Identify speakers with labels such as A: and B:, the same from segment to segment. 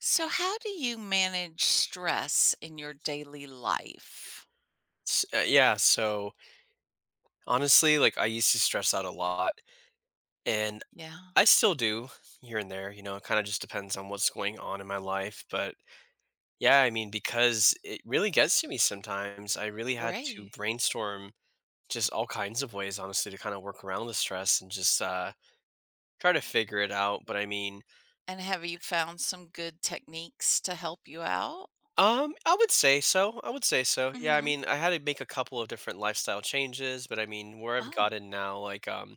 A: So, how do you manage stress in your daily life?
B: S Yeah, so, honestly, like, I used to stress out a lot, and
A: Yeah,
B: I still do here and there, it kinda just depends on what's going on in my life, but, yeah, I mean, because it really gets to me sometimes, I really had to
A: right.
B: brainstorm just all kinds of ways, honestly, to kinda work around the stress and just, try to figure it out, but, I mean,
A: And have you found some good techniques to help you out?
B: I would say so, I would say so.
A: Mm
B: Yeah, I
A: hmm
B: mean, I had to make a couple of different lifestyle changes, but, I mean, where I've
A: Oh,
B: gotten now, like,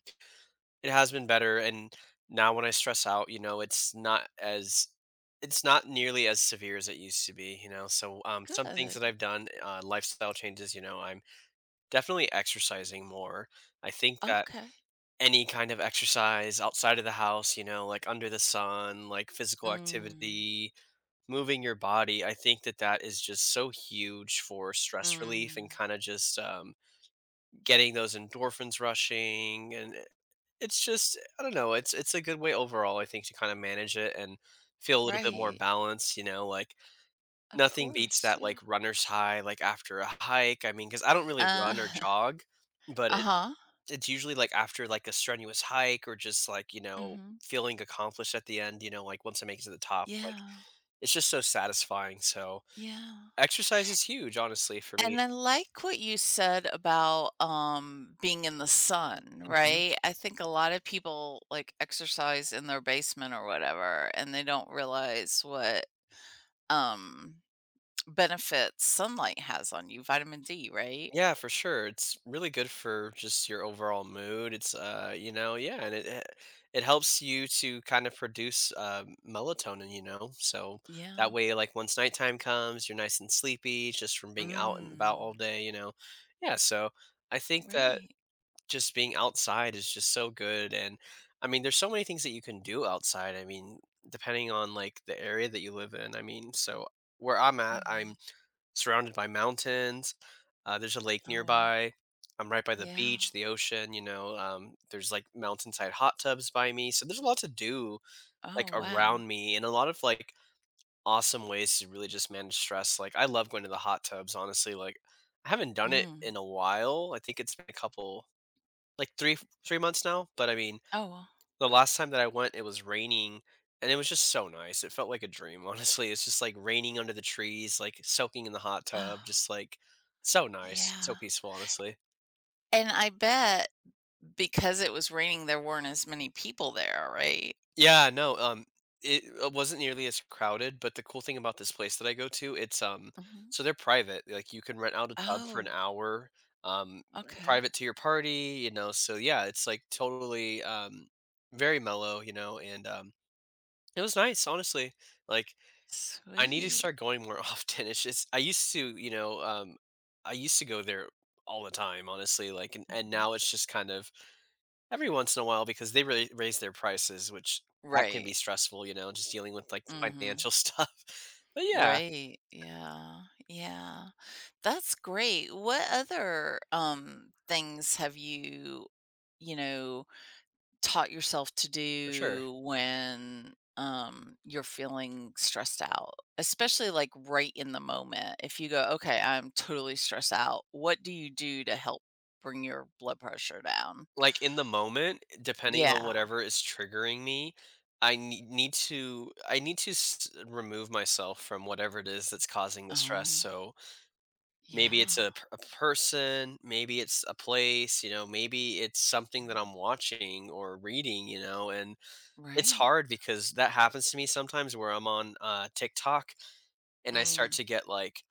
B: it has been better, and now when I stress out, you know, it's not as it's not nearly as severe as it used to be, you know? So, some things
A: good.
B: that I've done, lifestyle changes, you know, I'm definitely exercising more. I think that
A: Okay.
B: any kind of exercise outside of the house, you know, like under the sun, like physical
A: Mm,
B: activity, moving your body, I think that is just so huge for stress relief and
A: mm,
B: kind of just getting those endorphins rushing, and it's just I don't know, it's a good way overall, I think, to kinda manage it and feel a little bit more
A: right.
B: balanced, you know, like,
A: Of
B: nothing beats
A: course.
B: that,
A: Yeah.
B: like, runner's high, like, after a hike, I mean, because I don't really
A: Uh,
B: run or jog, but it
A: uh-huh.
B: it's usually, like, after, like, a strenuous hike or just, like, you
A: mm
B: know,
A: hmm
B: feeling accomplished at the end, you know, like, once I make it to the top, like,
A: Yeah.
B: it's just so satisfying, so
A: Yeah.
B: exercise is huge, honestly, for
A: And
B: me.
A: I like what you said about, being in the sun,
B: Mhm.
A: right? I think a lot of people, exercise in their basement or whatever, and they don't realize what, um, benefits sunlight has on you, vitamin D, right?
B: Yeah, for sure. It's really good for just your overall mood. It's you know, yeah, and it helps you to kind of produce melatonin, you know. So that
A: Yeah.
B: way like once nighttime comes, you're nice and sleepy just from being out and about
A: Mm.
B: all day, you know. Yeah, so I think that
A: Right.
B: just being outside is just so good, and I mean, there's so many things that you can do outside. I mean, depending on like the area that you live in. I mean, so where I'm at, I'm
A: Mhm.
B: surrounded by mountains. There's a lake
A: Oh, wow.
B: nearby. I'm right by the
A: Yeah.
B: beach, the ocean, you know, there's like mountainside hot tubs by me. So there's a lot to do like
A: Oh, wow.
B: around me and a lot of like awesome ways to really just manage stress. Like I love going to the hot tubs, honestly. Like I haven't done it
A: Mm.
B: in a while. I think it's been a couple like three months now. But I mean
A: Oh, well.
B: the last time that I went, it was raining, and it was just so nice. It felt like a dream, honestly. It's just like raining under the trees, like soaking in the hot tub,
A: Oh,
B: just like so nice, so
A: yeah.
B: peaceful, honestly.
A: And I bet because it was raining, there weren't as many people there, right?
B: Yeah, no, it wasn't nearly as crowded, but the cool thing about this place that I go to, it's
A: Mhm.
B: so they're private. Like you can rent out a tub for an
A: Oh,
B: hour, um,
A: okay.
B: private to your party, you know. So yeah, it's like totally very mellow, you know, and it was nice, honestly. Like I need to
A: Sweet.
B: start going more often. It's just I used to, you know, I used to go there all the time, honestly. Like, and
A: Mhm.
B: now it's just kind of every once in a while because they really raise their prices, which that can be
A: Right.
B: stressful, you know, just dealing with like
A: Mhm.
B: financial stuff. But yeah,
A: Right. Yeah. Yeah. That's great. What other, things have you, you know, taught yourself to
B: for sure.
A: do when, you're feeling stressed out? Especially, like, right in the moment. If you go, "Okay, I'm totally stressed out," what do you do to help bring your blood pressure down?
B: Like in the moment, depending on
A: Yeah.
B: whatever is triggering me, need to I need to remove myself from whatever it is that's causing the stress.
A: Oh,
B: So maybe
A: yeah.
B: it's a p a person, maybe it's a place, you know, maybe it's something that I'm watching or reading, you know, and it's
A: Right.
B: hard because that happens to me sometimes where I'm on, TikTok and I start
A: Mm.
B: to get, like,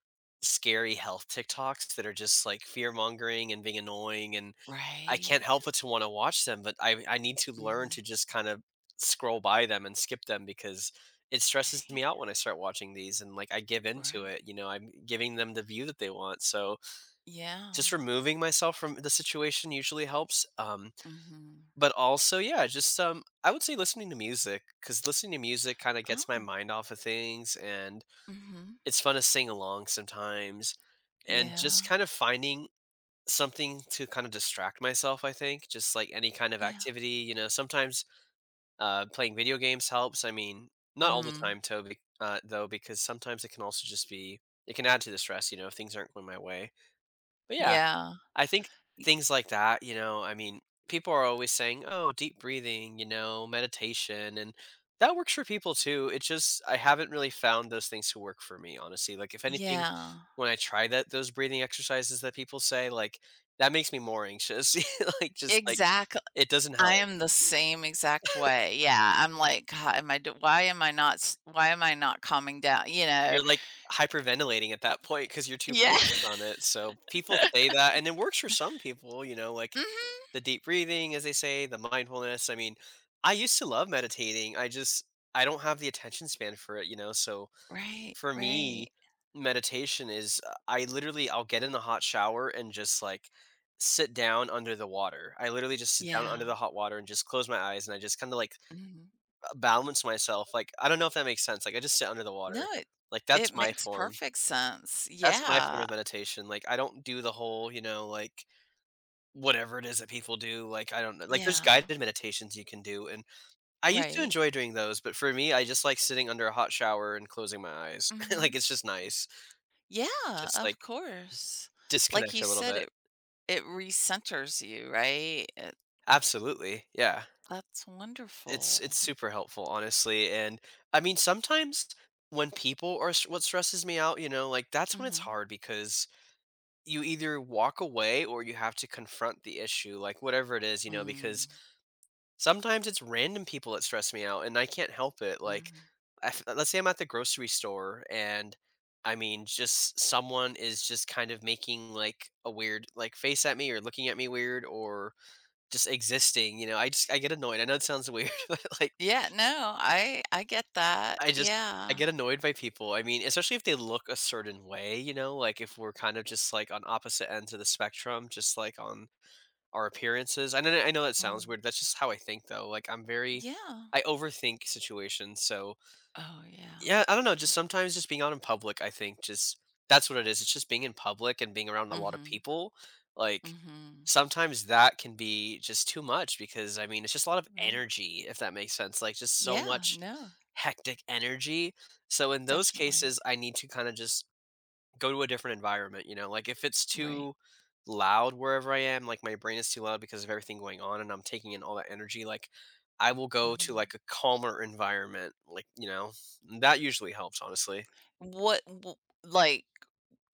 B: scary health TikToks that are just, like, fear-mongering and being annoying, and I
A: Right.
B: can't help but to wanna watch them, but I need to learn
A: Mhm.
B: to just kind of scroll by them and skip them because it stresses
A: Right.
B: me out when I start watching these and, like, I give into
A: Right.
B: it, you know, I'm giving them the view that they want, so
A: Yeah.
B: just removing myself from the situation usually helps,
A: Mhm.
B: but also, yeah, just, I would say listening to music because listening to music kinda gets my
A: Oh.
B: mind off of things, and
A: Mhm.
B: it's fun to sing along sometimes, and
A: Yeah.
B: just kind of finding something to kind of distract myself, I think, just, like, any kind of
A: Yeah.
B: activity, you know, sometimes, playing video games helps, I mean, not all the
A: Mm.
B: time, Toby, though, because sometimes it can also just be it can add to the stress, you know, if things aren't going my way, but yeah.
A: Yeah.
B: I think things like that, you know, I mean, people are always saying, "Oh, deep breathing, you know, meditation," and that works for people too. It just I haven't really found those things to work for me, honestly. Like if anything,
A: Yeah.
B: when I try that those breathing exercises that people say, like that makes me more anxious. Like just like
A: Exactly.
B: it doesn't
A: I
B: help.
A: am the same exact way. Yeah. I'm like, God, why am I not s- why am I not calming down, you know?
B: You're, like, hyperventilating at that point because 'cause you're too
A: Yeah.
B: focused on it, so people say that, and it works for some people, you know, like, the
A: Mhm.
B: deep breathing, as they say, the mindfulness, I mean, I used to love meditating, I just I don't have the attention span for it, you know, so
A: Right.
B: for me,
A: Right.
B: meditation is I literally I'll get in the hot shower and just, like, sit down under the water. I literally just sit down
A: Yeah.
B: under the hot water and just close my eyes, and I just kinda, like,
A: Mhm.
B: balance myself, like, I don't know if that makes sense, like, I just sit under the
A: No,
B: water. Like, that's
A: it
B: my
A: makes
B: form.
A: perfect sense.
B: That's my form
A: Yeah.
B: of meditation, like, I don't do the whole, you know, like, whatever it is that people do, like, I don't know, like, there's
A: Yeah.
B: guided meditations you can do, and I used to
A: Right.
B: enjoy doing those, but for me, I just like sitting under a hot shower and closing my eyes.
A: Mhm.
B: Like, it's just nice.
A: Yeah,
B: Just,
A: of
B: like,
A: course. Like
B: disconnect
A: you
B: a little
A: said,
B: bit.
A: it recenters you, right? It,
B: Absolutely, yeah.
A: that's
B: It's
A: wonderful.
B: it's super helpful, honestly, and, I mean, sometimes when people are s what stresses me out, you know, like, that's when it's
A: Mm-hmm.
B: hard because you either walk away or you have to confront the issue, like, whatever it is, you know,
A: Mm,
B: because sometimes it's random people that stress me out, and I can't help it. Like,
A: mm.
B: I f let's say I'm at the grocery store, and I mean, just someone is just kind of making like a weird like face at me or looking at me weird or just existing. You know, I just I get annoyed. I know it sounds weird, but like
A: Yeah, no, I get that.
B: I just I
A: Yeah.
B: get annoyed by people. I mean, especially if they look a certain way. You know, like if we're kind of just like on opposite ends of the spectrum, just like on our appearances. I know that sounds
A: Mm.
B: weird. That's just how I think though. Like I'm very
A: Yeah.
B: I overthink situations. So
A: Oh, yeah.
B: yeah, I don't know.
A: Yeah.
B: Just sometimes just being out in public, I think just that's what it is. It's just being in public and being around a lot of
A: Mm-hmm.
B: people. Like
A: Mm-hmm.
B: sometimes that can be just too much because I mean it's just a lot of
A: Right.
B: energy, if that makes sense. Like just so
A: Yeah,
B: much
A: no,
B: hectic energy. So in those
A: definitely.
B: cases, I need to kind of just go to a different environment, you know? Like if it's
A: Right.
B: too loud wherever I am, like my brain is too loud because of everything going on and I'm taking in all that energy, like I will go to
A: Hmm.
B: like a calmer environment, like, you know, that usually helps, honestly.
A: What, wh- like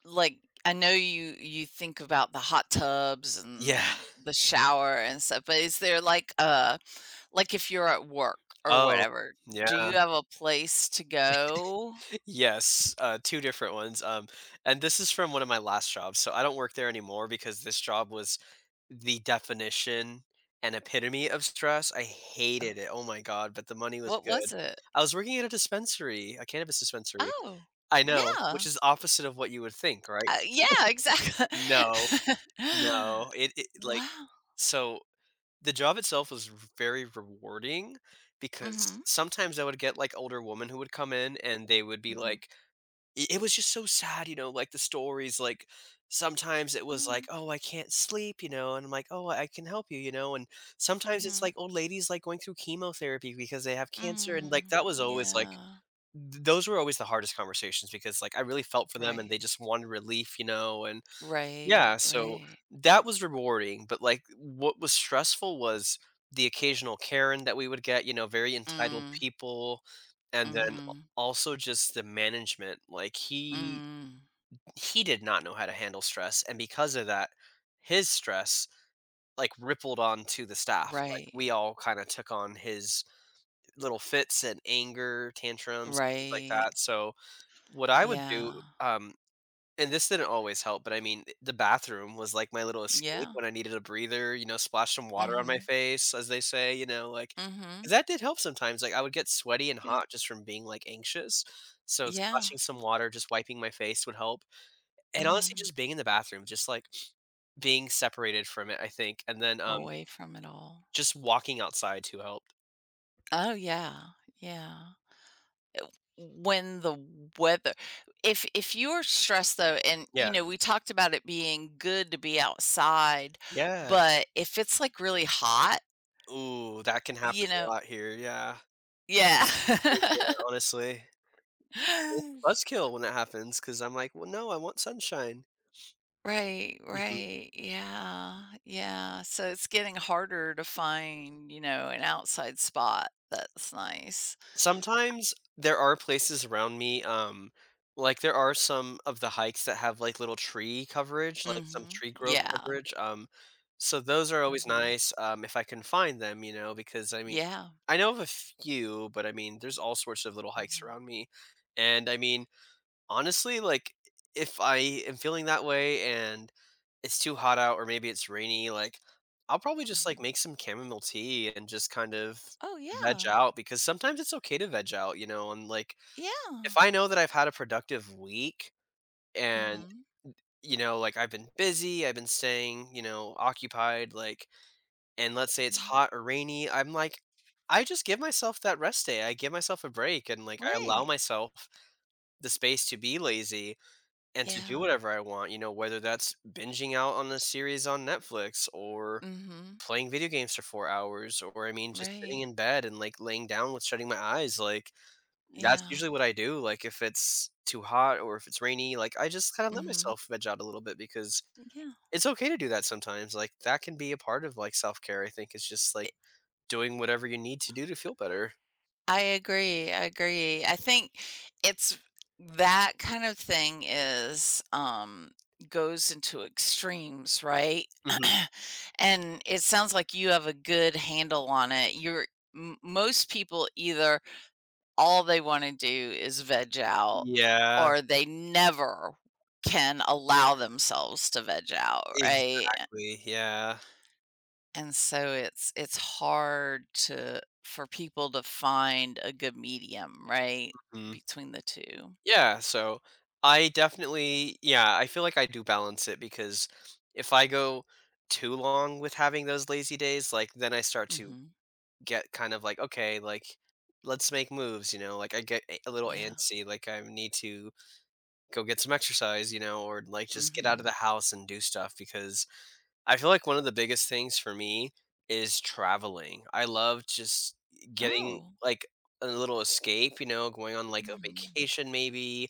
A: like I know you think about the hot tubs
B: Yeah.
A: and the shower and stuff, but is there like if you're at work or
B: Oh,
A: whatever, do
B: yeah.
A: you have a place to go?
B: Yes, two different ones. And this is from one of my last jobs. So I don't work there anymore because this job was the definition and epitome of stress. I hated it. Oh my god! But the money was
A: What
B: good.
A: was it?
B: I was working at a dispensary, a cannabis dispensary.
A: Oh,
B: I know, which
A: yeah,
B: is opposite of what you would think, right?
A: yeah, exactly.
B: No, no. It like
A: Wow.
B: so the job itself was very rewarding because
A: Mhm.
B: sometimes I would get like older women who would come in and they would be
A: Mhm.
B: like I it was just so sad, you know, like, the stories, like, sometimes it was like,
A: Mm,
B: "Oh, I can't sleep," you know, and I'm like, "Oh, I can help you," you know, and sometimes it's, like,
A: Mhm.
B: old ladies, like, going through chemotherapy because they have cancer, and, like,
A: Mm,
B: that was always, like
A: yeah.
B: th those were always the hardest conversations because, like, I really felt for them and
A: Right.
B: they just wanted relief, you know, and
A: Right.
B: yeah, so
A: Right.
B: that was rewarding, but, like, what was stressful was the occasional Karen that we would get, you know, very entitled
A: Mm.
B: people, and then
A: Mhm.
B: also just the management, like, he
A: Mm.
B: he did not know how to handle stress, and because of that, his stress, like, rippled onto the staff, like,
A: Right.
B: we all kinda took on his little fits and anger tantrums, things like
A: Right.
B: that, so what I would do,
A: Yeah.
B: um and this didn't always help, but I mean, the bathroom was like my little escape
A: Yeah.
B: when I needed a breather, you know, splash some water on my
A: Mhm.
B: face, as they say, you know, like 'cause
A: Mhm.
B: that did help sometimes, like, I would get sweaty and
A: Good.
B: hot just from being, like, anxious, so
A: Yeah.
B: splashing some water, just wiping my face would help, and honestly,
A: Mhm.
B: just being in the bathroom, just, like, being separated from it, I think, and then,
A: Away from it all.
B: just walking outside too helped.
A: Oh, yeah. Yeah. When the weather, if you're stressed though and
B: Yeah.
A: you know, we talked about it being good to be outside,
B: Yeah.
A: but if it's like really hot,
B: Ooh, that can happen
A: you
B: a
A: know.
B: lot here, yeah.
A: Yeah.
B: Yeah, honestly. It's a buzzkill when that happens because 'cause I'm like, "Well, no, I want sunshine."
A: Right,
B: Mhm.
A: right. Yeah. Yeah. So it's getting harder to find, you know, an outside spot that's nice.
B: Sometimes there are places around me, like there are some of the hikes that have like little tree coverage, like some
A: Mhm.
B: tree growth
A: Yeah.
B: coverage. So those are always
A: Mhm.
B: nice if I can find them, you know, because I mean,
A: Yeah.
B: I know of a few, but I mean, there's all sorts of little hikes
A: Mhm.
B: around me. And I mean, honestly, like, if I am feeling that way and it's too hot out or maybe it's rainy, like, I'll probably just,
A: Mhm.
B: like, make some chamomile tea and just kind of
A: Oh,
B: veg
A: yeah.
B: out because sometimes it's okay to veg out, you know, and, like, if
A: Yeah.
B: I know that I've had a productive week and,
A: Mhm.
B: you know, like, I've been busy, I've been staying, you know, occupied, like, and let's say it's
A: Mhm.
B: hot or rainy, I'm like, I just give myself that rest day. I give myself a break and, like, I allow
A: Right.
B: myself the space to be lazy and to do
A: Yeah.
B: whatever I want, you know, whether that's binging out on a series on Netflix or
A: Mhm.
B: playing video games for 4 hours or, I mean, just sitting
A: Right.
B: in bed and, like, laying down with shutting my eyes, like, that's
A: Yeah.
B: usually what I do, like, if it's too hot or if it's rainy, like, I just kinda let
A: Mhm.
B: myself veg out a little bit because
A: Yeah.
B: it's okay to do that sometimes, like, that can be a part of, like, self-care, I think, it's just, like, doing whatever you need to do to feel better.
A: I agree, I agree. I think it's that kind of thing is, goes into extremes, right?
B: Mhm.
A: And it sounds like you have a good handle on it. You're m most people either all they wanna do is veg out,
B: Yeah,
A: or they never can allow themselves to veg out, right?
B: exactly, yeah.
A: And so it's hard to for people to find a good medium, right?
B: Mhm.
A: Between the 2.
B: Yeah, so I definitely yeah, I feel like I do balance it because if I go too long with having those lazy days, like then I start to
A: Mhm.
B: get kind of like, okay, like let's make moves, you know, like I get a little
A: Yeah.
B: antsy, like I need to go get some exercise, you know, or like just get out of
A: Mhm.
B: the house and do stuff because I feel like one of the biggest things for me is traveling. I love just getting
A: Oh.
B: like a little escape, you know, going on like a
A: Mhm.
B: vacation maybe.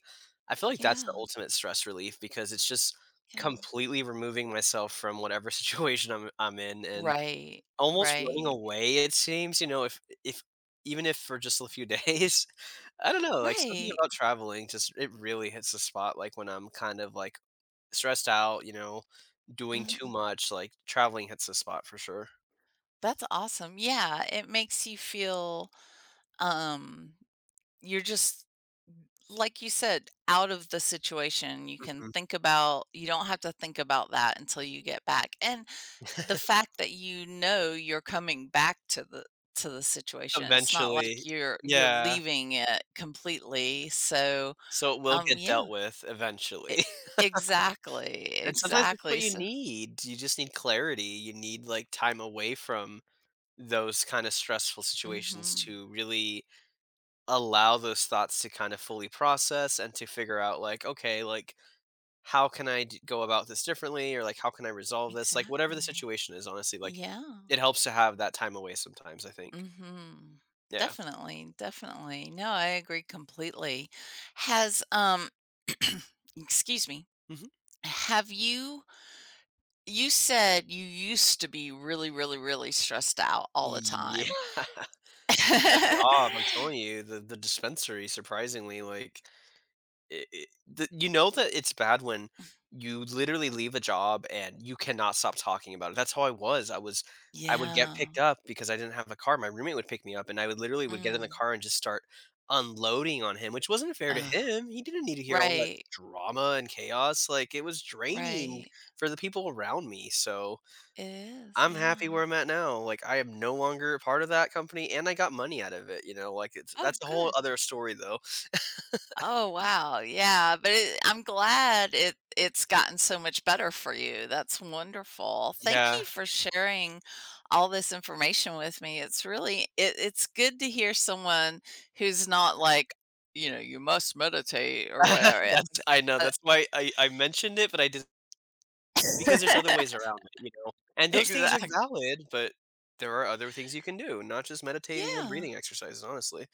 B: I feel like that's
A: Yeah,
B: the ultimate stress relief because it's just
A: yeah.
B: completely removing myself from whatever situation I'm in and
A: Right,
B: almost running
A: right,
B: away it seems, you know, if even if for just a few days. I don't know, like something
A: right.
B: about traveling just it really hits the spot like when I'm kind of like stressed out, you know, doing too
A: Mhm.
B: much, like, traveling hits the spot for sure.
A: That's awesome. Yeah, it makes you feel, um, you're just like you said, out of the situation, you can
B: Mhm.
A: think about you don't have to think about that until you get back. And the fact that you know you're coming back to the situation, it's not like
B: Eventually.
A: you're
B: Yeah.
A: leaving it completely. So,
B: So it will get
A: yeah,
B: dealt with
A: it,
B: eventually.
A: exactly.
B: And sometimes that's what
A: Exactly.
B: you
A: So,
B: need. You just need clarity. You need, like, time away from those kinda stressful situations
A: mhm.
B: to really allow those thoughts to kind of fully process and to figure out, like, "Okay, like, how can I d go about this differently?" Or, like, "How can I resolve this?" Like, whatever the
A: Exactly.
B: situation is, honestly, like,
A: Yeah.
B: it helps to have that time away sometimes, I think.
A: Hmm.
B: Yeah.
A: Definitely, definitely. No, I agree completely. Has excuse me.
B: Mhm.
A: Have you you said you used to be really, really, really stressed out all the
B: Yeah,
A: time.
B: that job, I'm telling you, the dispensary, surprisingly, like, it the you know that it's bad when you literally leave a job and you cannot stop talking about it. That's how I was. I would get
A: Yeah.
B: picked up because I didn't have a car. My roommate would pick me up, and I would literally would get in the
A: Mm.
B: car and just start unloading on him, which wasn't fair to
A: Ugh.
B: him. He didn't need to hear all that
A: Right,
B: drama and chaos, like, it was draining
A: right.
B: for the people around me, so
A: It is,
B: I'm happy
A: yeah.
B: where I'm at now, like, I am no longer a part of that company, and I got money out of it, you know, like, it's
A: Oh,
B: that's a whole
A: good.
B: other story, though.
A: Oh, wow, yeah, but it I'm glad it's gotten so much better for you, that's wonderful. Thank you
B: Yeah.
A: for sharing all this information with me, it's really it's good to hear someone who's not like, you know, "You must meditate," or whatever, yeah,
B: That's I know, that's why I mentioned it, but I did because there's other
A: uh,
B: ways around it, you know, and those things are
A: exact
B: valid, but there are other things you can do, not just meditating and
A: Yeah.
B: breathing exercises, honestly.